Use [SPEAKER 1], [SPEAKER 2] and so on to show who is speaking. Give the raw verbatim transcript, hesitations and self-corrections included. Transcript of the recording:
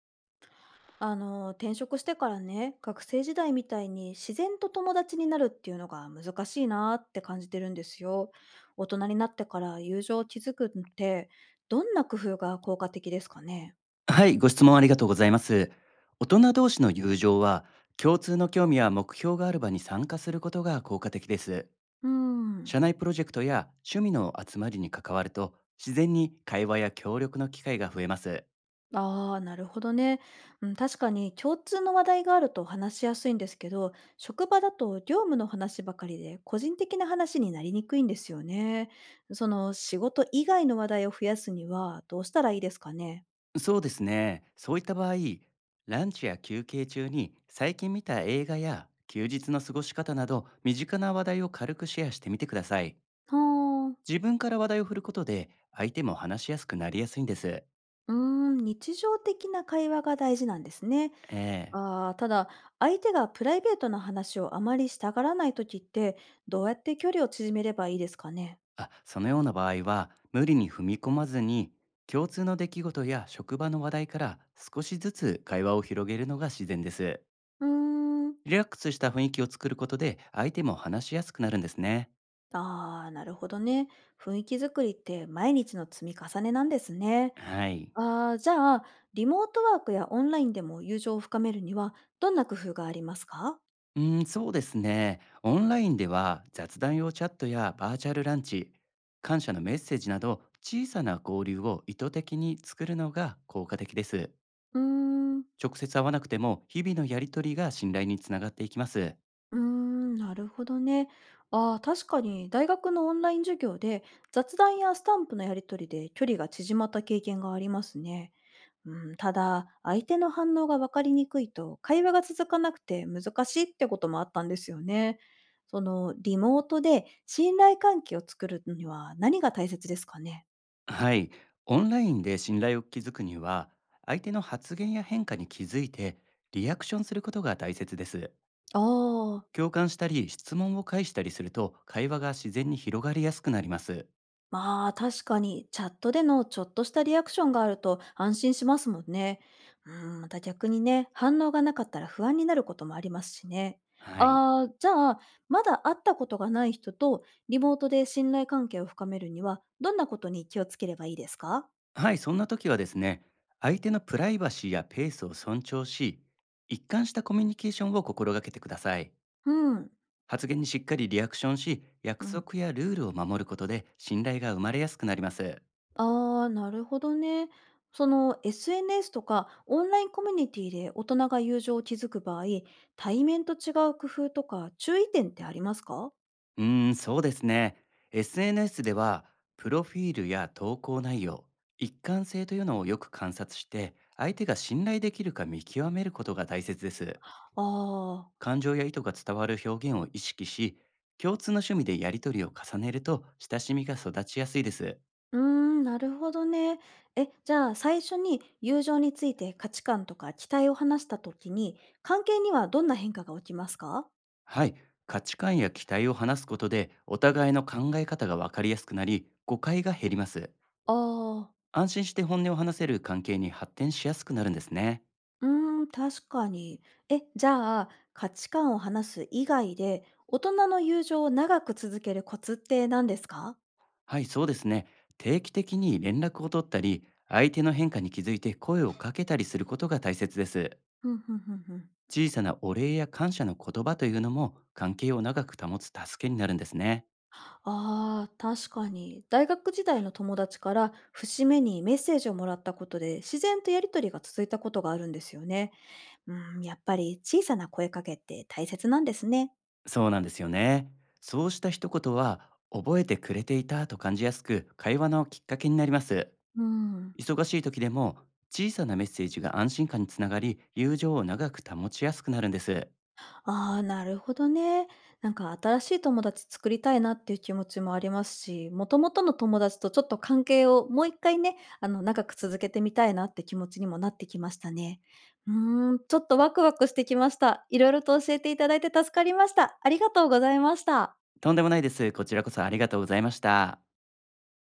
[SPEAKER 1] あの転職してからね、学生時代みたいに自然と友達になるっていうのが難しいなって感じてるんですよ。大人になってから友情を築くって、どんな工夫が効果的ですかね？
[SPEAKER 2] はい、ご質問ありがとうございます。大人同士の友情は、共通の興味や目標がある場に参加することが効果的です。
[SPEAKER 1] うーん。
[SPEAKER 2] 社内プロジェクトや趣味の集まりに関わると、自然に会話や協力の機会が増えます。
[SPEAKER 1] ああー、なるほどね、うん。確かに共通の話題があると話しやすいんですけど、職場だと業務の話ばかりで個人的な話になりにくいんですよね。その仕事以外の話題を増やすにはどうしたらいいですかね？
[SPEAKER 2] そうですね。そういった場合、ランチや休憩中に最近見た映画や休日の過ごし方など、身近な話題を軽くシェアしてみてください。
[SPEAKER 1] はー。
[SPEAKER 2] 自分から話題を振ることで、相手も話しやすくなりやすいんです。
[SPEAKER 1] うーん、日常的な会話が大事なんですね。
[SPEAKER 2] ええ
[SPEAKER 1] ああ、ただ、相手がプライベートな話をあまりしたがらないときって、どうやって距離を縮めればいいですかね。
[SPEAKER 2] あ、そのような場合は、無理に踏み込まずに、共通の出来事や職場の話題から少しずつ会話を広げるのが自然です。
[SPEAKER 1] うーん、
[SPEAKER 2] リラックスした雰囲気を作ることで、相手も話しやすくなるんですね。
[SPEAKER 1] ああ、なるほどね。雰囲気作りって毎日の積み重ねなんですね。
[SPEAKER 2] はい。
[SPEAKER 1] ああ、じゃあ、リモートワークやオンラインでも友情を深めるには、どんな工夫がありますか？
[SPEAKER 2] うん、そうですね。オンラインでは雑談用チャットやバーチャルランチ、感謝のメッセージなど小さな交流を意図的に作るのが効果的です。
[SPEAKER 1] うーん。
[SPEAKER 2] 直接会わなくても日々のやりとりが信頼につながっていきます。
[SPEAKER 1] うーん、なるほどね。ああ、確かに大学のオンライン授業で雑談やスタンプのやり取りで距離が縮まった経験がありますね。うん、ただ、相手の反応が分かりにくいと会話が続かなくて難しいってこともあったんですよね。そのリモートで信頼関係を作るには何が大切ですかね？
[SPEAKER 2] はい、オンラインで信頼を築くには、相手の発言や変化に気づいて、リアクションすることが大切です。
[SPEAKER 1] ああー。
[SPEAKER 2] 共感したり、質問を返したりすると、会話が自然に広がりやすくなります。
[SPEAKER 1] まあ確かにチャットでのちょっとしたリアクションがあると安心しますもんね。うん、また逆にね、反応がなかったら不安になることもありますしね。
[SPEAKER 2] はい。
[SPEAKER 1] ああ、じゃあ、まだ会ったことがない人とリモートで信頼関係を深めるには、どんなことに気をつければいいですか？
[SPEAKER 2] はい、そんな時はですね、相手のプライバシーやペースを尊重し、一貫したコミュニケーションを心がけてください。
[SPEAKER 1] うん。
[SPEAKER 2] 発言にしっかりリアクションし、約
[SPEAKER 1] うん、
[SPEAKER 2] 束やルールを守ることで信頼が生まれやすくなります。
[SPEAKER 1] ああ、なるほどね。その エスエヌエス とかオンラインコミュニティで大人が友情を築く場合、対面と違う工夫とか注意点ってありますか？
[SPEAKER 2] うーん、そうですね。エスエヌエス では、プロフィールや投稿内容、一貫性というのをよく観察して、相手が信頼できるか見極めることが大切です。
[SPEAKER 1] ああー、
[SPEAKER 2] 感情や意図が伝わる表現を意識し、共通の趣味でやり取りを重ねると、親しみが育ちやすいです。
[SPEAKER 1] うーん、なるほどね。え、じゃあ最初に友情について価値観とか期待を話した時に、関係にはどんな変化が起きますか？
[SPEAKER 2] はい、価値観や期待を話すことで、お互いの考え方が分かりやすくなり、誤解が減ります。
[SPEAKER 1] ああ、
[SPEAKER 2] 安心して本音を話せる関係に発展しやすくなるんですね。
[SPEAKER 1] うーん、確かに。え、じゃあ価値観を話す以外で、大人の友情を長く続けるコツって何ですか？
[SPEAKER 2] はい、そうですね。定期的に連絡を取ったり、相手の変化に気づいて声をかけたりすることが大切です。
[SPEAKER 1] ふんふんふんふん。
[SPEAKER 2] 小さなお礼や感謝の言葉というのも関係を長く保つ助けになるんですね。
[SPEAKER 1] ああ、確かに。大学時代の友達から節目にメッセージをもらったことで、自然とやりとりが続いたことがあるんですよね。うん、やっぱり小さな声かけって大切なんですね。
[SPEAKER 2] そうなんですよね。そうした一言は、覚えてくれていたと感じやすく、会話のきっかけになります。
[SPEAKER 1] うん。
[SPEAKER 2] 忙しい時でも、小さなメッセージが安心感につながり、友情を長く保ちやすくなるんです。
[SPEAKER 1] ああ、なるほどね。なんか新しい友達作りたいなっていう気持ちもありますし、元々の友達とちょっと関係をもう一回ね、あの、長く続けてみたいなって気持ちにもなってきましたね。うーん、ちょっとワクワクしてきました。いろいろと教えていただいて助かりました。ありがとうございました。
[SPEAKER 2] とんでもないです。こちらこそありがとうございました。